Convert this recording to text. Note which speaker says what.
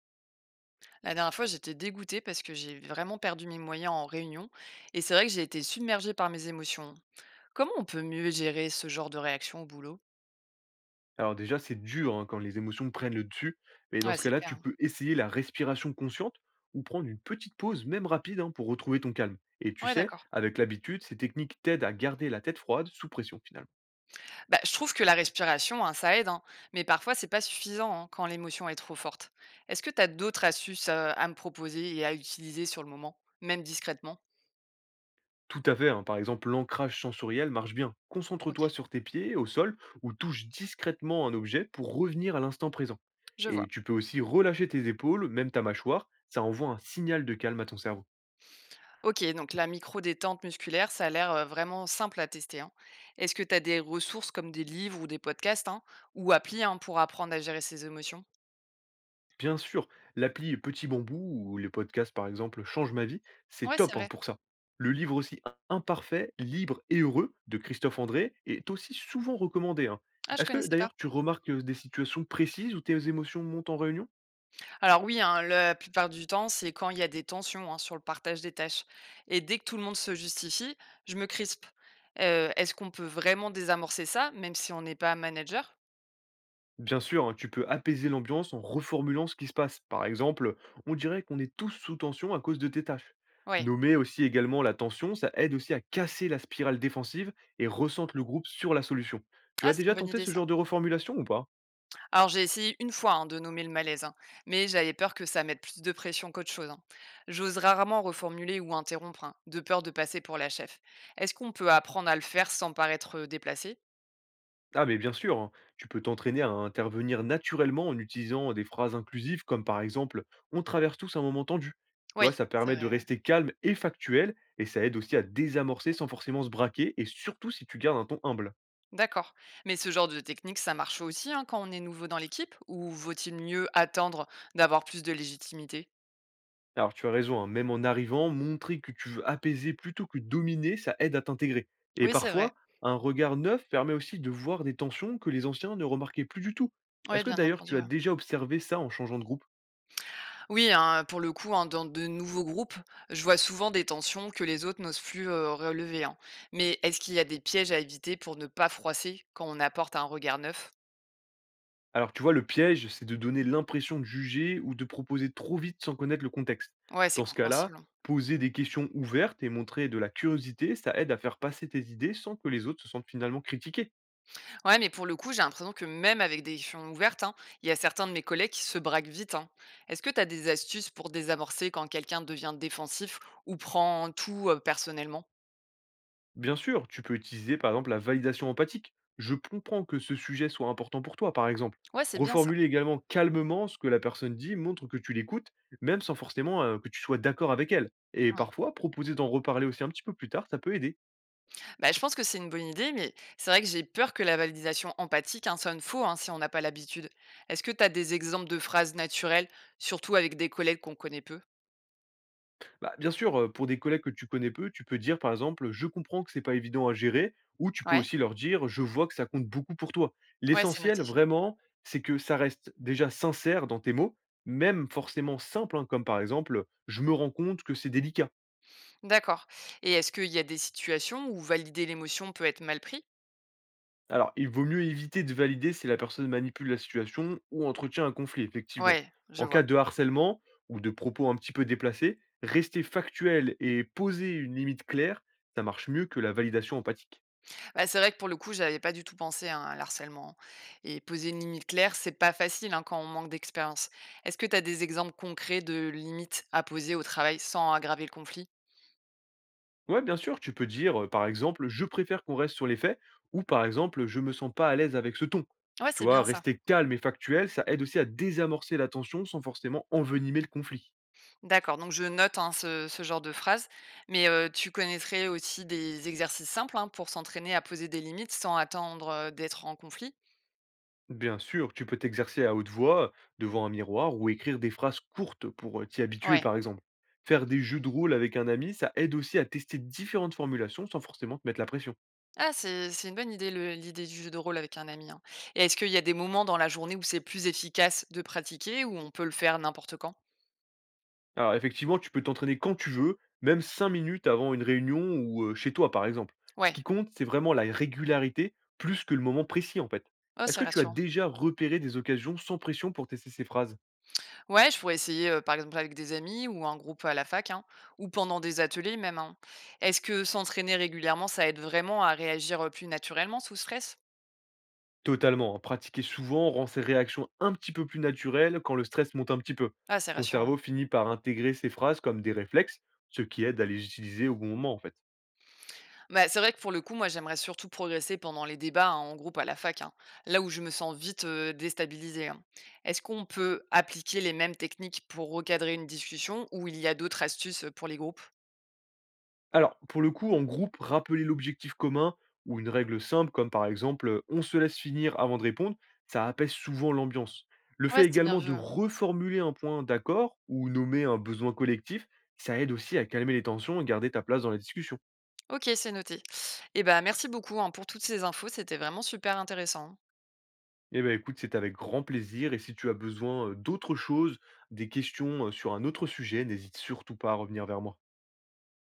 Speaker 1: La dernière fois, j'étais dégoûtée parce que j'ai vraiment perdu mes moyens en réunion et c'est vrai que j'ai été submergée par mes émotions. Comment on peut mieux gérer ce genre de réaction au boulot?
Speaker 2: Alors déjà, c'est dur hein, quand les émotions prennent le dessus, mais dans
Speaker 1: Ouais,
Speaker 2: ce
Speaker 1: c'est
Speaker 2: cas-là, tu
Speaker 1: clair.
Speaker 2: peux essayer la respiration consciente ou prendre une petite pause, même rapide, hein, pour retrouver ton calme. Et tu
Speaker 1: Ouais,
Speaker 2: sais,
Speaker 1: d'accord.
Speaker 2: avec l'habitude, ces techniques t'aident à garder la tête froide sous pression finalement.
Speaker 1: Bah, je trouve que la respiration, hein, ça aide, hein, mais parfois c'est pas suffisant, hein, quand l'émotion est trop forte. Est-ce que tu as d'autres astuces à me proposer et à utiliser sur le moment, même discrètement?
Speaker 2: Tout à fait, hein, par exemple, l'ancrage sensoriel marche bien.
Speaker 1: Ok,
Speaker 2: Concentre-toi sur tes pieds, au sol, ou touche discrètement un objet pour revenir à l'instant présent.
Speaker 1: je vois.
Speaker 2: Et tu peux aussi relâcher tes épaules, même ta mâchoire, ça envoie un signal de calme à ton cerveau.
Speaker 1: OK, donc la micro-détente musculaire, ça a l'air, vraiment simple à tester, hein. Est-ce que tu as des ressources comme des livres ou des podcasts, hein, ou applis, hein, pour apprendre à gérer ses émotions?
Speaker 2: Bien sûr, l'appli Petit Bambou ou les podcasts par exemple Change ma vie, c'est
Speaker 1: Ouais, c'est
Speaker 2: top hein,
Speaker 1: vrai.
Speaker 2: pour ça. Le livre aussi Imparfait, libre et heureux de Christophe André est aussi souvent recommandé, hein.
Speaker 1: Ah, je
Speaker 2: Est-ce que
Speaker 1: connaissais pas.
Speaker 2: d'ailleurs tu remarques des situations précises où tes émotions montent en réunion?
Speaker 1: Alors oui, hein, la plupart du temps, c'est quand il y a des tensions, hein, sur le partage des tâches et dès que tout le monde se justifie, je me crispe. Est-ce qu'on peut vraiment désamorcer ça, même si on n'est pas manager?
Speaker 2: Bien sûr, hein, tu peux apaiser l'ambiance en reformulant ce qui se passe. Par exemple, on dirait qu'on est tous sous tension à cause de tes tâches.
Speaker 1: Ouais.
Speaker 2: Nommer aussi également la tension, ça aide aussi à casser la spirale défensive et ressente le groupe sur la solution. Tu as
Speaker 1: Ah, c'est
Speaker 2: déjà
Speaker 1: une bonne
Speaker 2: tenté
Speaker 1: idée
Speaker 2: ce
Speaker 1: ça.
Speaker 2: genre de reformulation ou pas?
Speaker 1: Alors j'ai essayé une fois, hein, de nommer le malaise, hein, mais j'avais peur que ça mette plus de pression qu'autre chose, hein. J'ose rarement reformuler ou interrompre, hein, de peur de passer pour la chef. Est-ce qu'on peut apprendre à le faire sans paraître déplacé?
Speaker 2: Ah mais bien sûr, hein. Tu peux t'entraîner à intervenir naturellement en utilisant des phrases inclusives comme par exemple «On traverse tous un moment tendu». Tu vois,
Speaker 1: Oui,
Speaker 2: ça
Speaker 1: c'est
Speaker 2: permet de
Speaker 1: vrai, ouais.
Speaker 2: rester calme et factuel et ça aide aussi à désamorcer sans forcément se braquer et surtout si tu gardes un ton humble.
Speaker 1: D'accord. Mais ce genre de technique, ça marche aussi, hein, quand on est nouveau dans l'équipe? Ou vaut-il mieux attendre d'avoir plus de légitimité?
Speaker 2: Alors tu as raison, hein, même en arrivant, montrer que tu veux apaiser plutôt que dominer, ça aide à t'intégrer. Et
Speaker 1: Oui, c'est vrai.
Speaker 2: parfois, un regard neuf permet aussi de voir des tensions que les anciens ne remarquaient plus du tout.
Speaker 1: Oui,
Speaker 2: Est-ce que
Speaker 1: bien
Speaker 2: d'ailleurs
Speaker 1: entendu.
Speaker 2: tu as déjà observé ça en changeant de groupe?
Speaker 1: Oui, hein, pour le coup, hein, dans de nouveaux groupes, je vois souvent des tensions que les autres n'osent plus relever, hein. Mais est-ce qu'il y a des pièges à éviter pour ne pas froisser quand on apporte un regard neuf?
Speaker 2: Alors, tu vois, le piège, c'est de donner l'impression de juger ou de proposer trop vite sans connaître le contexte.
Speaker 1: Ouais, c'est
Speaker 2: Dans ce cas-là,
Speaker 1: compréhensible, hein.
Speaker 2: poser des questions ouvertes et montrer de la curiosité, ça aide à faire passer tes idées sans que les autres se sentent finalement critiqués.
Speaker 1: Ouais, mais pour le coup, j'ai l'impression que même avec des questions ouvertes, hein, il y a certains de mes collègues qui se braquent vite, hein. Est-ce que tu as des astuces pour désamorcer quand quelqu'un devient défensif ou prend tout personnellement?
Speaker 2: Bien sûr, tu peux utiliser par exemple la validation empathique. Je comprends que ce sujet soit important pour toi, par exemple.
Speaker 1: Ouais, c'est bien ça.
Speaker 2: Reformuler également calmement ce que la personne dit montre que tu l'écoutes, même sans forcément que tu sois d'accord avec elle. Et parfois, proposer d'en reparler aussi un petit peu plus tard, ça peut aider.
Speaker 1: Bah, je pense que c'est une bonne idée, mais c'est vrai que j'ai peur que la validation empathique, hein, sonne faux, hein, si on n'a pas l'habitude. Est-ce que tu as des exemples de phrases naturelles, surtout avec des collègues qu'on connaît peu?
Speaker 2: Bah, bien sûr, pour des collègues que tu connais peu, tu peux dire par exemple: «Je comprends que c'est pas évident à gérer» ou tu peux
Speaker 1: Ouais,
Speaker 2: aussi leur dire: «Je vois que ça compte beaucoup pour toi».
Speaker 1: ouais, c'est
Speaker 2: L'essentiel
Speaker 1: noté.
Speaker 2: vraiment, c'est que ça reste déjà sincère dans tes mots, même forcément simple, hein, comme par exemple: «Je me rends compte que c'est délicat».
Speaker 1: D'accord. Et est-ce qu'il y a des situations où valider l'émotion peut être mal pris?
Speaker 2: Alors, il vaut mieux éviter de valider si la personne manipule la situation ou entretient un conflit, effectivement.
Speaker 1: Ouais, je
Speaker 2: En
Speaker 1: vois.
Speaker 2: cas de harcèlement ou de propos un petit peu déplacés, rester factuel et poser une limite claire, ça marche mieux que la validation empathique.
Speaker 1: Bah, c'est vrai que pour le coup, j'avais pas du tout pensé, hein, à l'harcèlement, hein. Et poser une limite claire, c'est pas facile, hein, quand on manque d'expérience. Est-ce que tu as des exemples concrets de limites à poser au travail sans aggraver le conflit?
Speaker 2: Ouais, bien sûr, tu peux dire, par exemple, je préfère qu'on reste sur les faits, ou par exemple, je me sens pas à l'aise avec ce ton.
Speaker 1: Ouais,
Speaker 2: Tu
Speaker 1: c'est
Speaker 2: vois,
Speaker 1: bien ça.
Speaker 2: rester calme et factuel, ça aide aussi à désamorcer la tension sans forcément envenimer le conflit.
Speaker 1: D'accord, donc je note, hein, ce genre de phrase, mais, tu connaîtrais aussi des exercices simples, hein, pour s'entraîner à poser des limites sans attendre, d'être en conflit?
Speaker 2: Bien sûr, tu peux t'exercer à haute voix, devant un miroir, ou écrire des phrases courtes pour t'y habituer,
Speaker 1: Ouais.
Speaker 2: par exemple. Faire des jeux de rôle avec un ami, ça aide aussi à tester différentes formulations sans forcément te mettre la pression.
Speaker 1: Ah, c'est une bonne idée, le l'idée du jeu de rôle avec un ami, hein. Et est-ce qu'il y a des moments dans la journée où c'est plus efficace de pratiquer ou on peut le faire n'importe quand?
Speaker 2: Alors effectivement, tu peux t'entraîner quand tu veux, même 5 minutes avant une réunion ou chez toi par exemple. Ce
Speaker 1: Ouais.
Speaker 2: qui compte, c'est vraiment la régularité plus que le moment précis en fait.
Speaker 1: Oh,
Speaker 2: Est-ce
Speaker 1: c'est
Speaker 2: que tu as
Speaker 1: rassurant.
Speaker 2: déjà repéré des occasions sans pression pour tester ces phrases?
Speaker 1: Ouais, je pourrais essayer, par exemple avec des amis ou un groupe à la fac, hein, ou pendant des ateliers même, hein. Est-ce que s'entraîner régulièrement, ça aide vraiment à réagir, plus naturellement sous stress?
Speaker 2: Totalement, hein, pratiquer souvent rend ces réactions un petit peu plus naturelles quand le stress monte un petit peu.
Speaker 1: Ah, c'est
Speaker 2: Ton
Speaker 1: rassurant.
Speaker 2: cerveau finit par intégrer ces phrases comme des réflexes, ce qui aide à les utiliser au bon moment en fait.
Speaker 1: Bah, c'est vrai que pour le coup, moi, j'aimerais surtout progresser pendant les débats, hein, en groupe à la fac, hein, là où je me sens vite déstabilisée, hein. Est-ce qu'on peut appliquer les mêmes techniques pour recadrer une discussion ou il y a d'autres astuces, pour les groupes?
Speaker 2: Alors, pour le coup, en groupe, rappeler l'objectif commun ou une règle simple, comme par exemple on se laisse finir avant de répondre, ça apaise souvent l'ambiance. Le
Speaker 1: Ouais,
Speaker 2: fait
Speaker 1: c'est bien
Speaker 2: également
Speaker 1: vu,
Speaker 2: de
Speaker 1: hein.
Speaker 2: reformuler un point d'accord ou nommer un besoin collectif, ça aide aussi à calmer les tensions et garder ta place dans la discussion.
Speaker 1: Ok, c'est noté. Et ben merci beaucoup, hein, pour toutes ces infos, c'était vraiment super intéressant.
Speaker 2: Eh bien écoute, c'est avec grand plaisir et si tu as besoin d'autres choses, des questions sur un autre sujet, n'hésite surtout pas à revenir vers moi.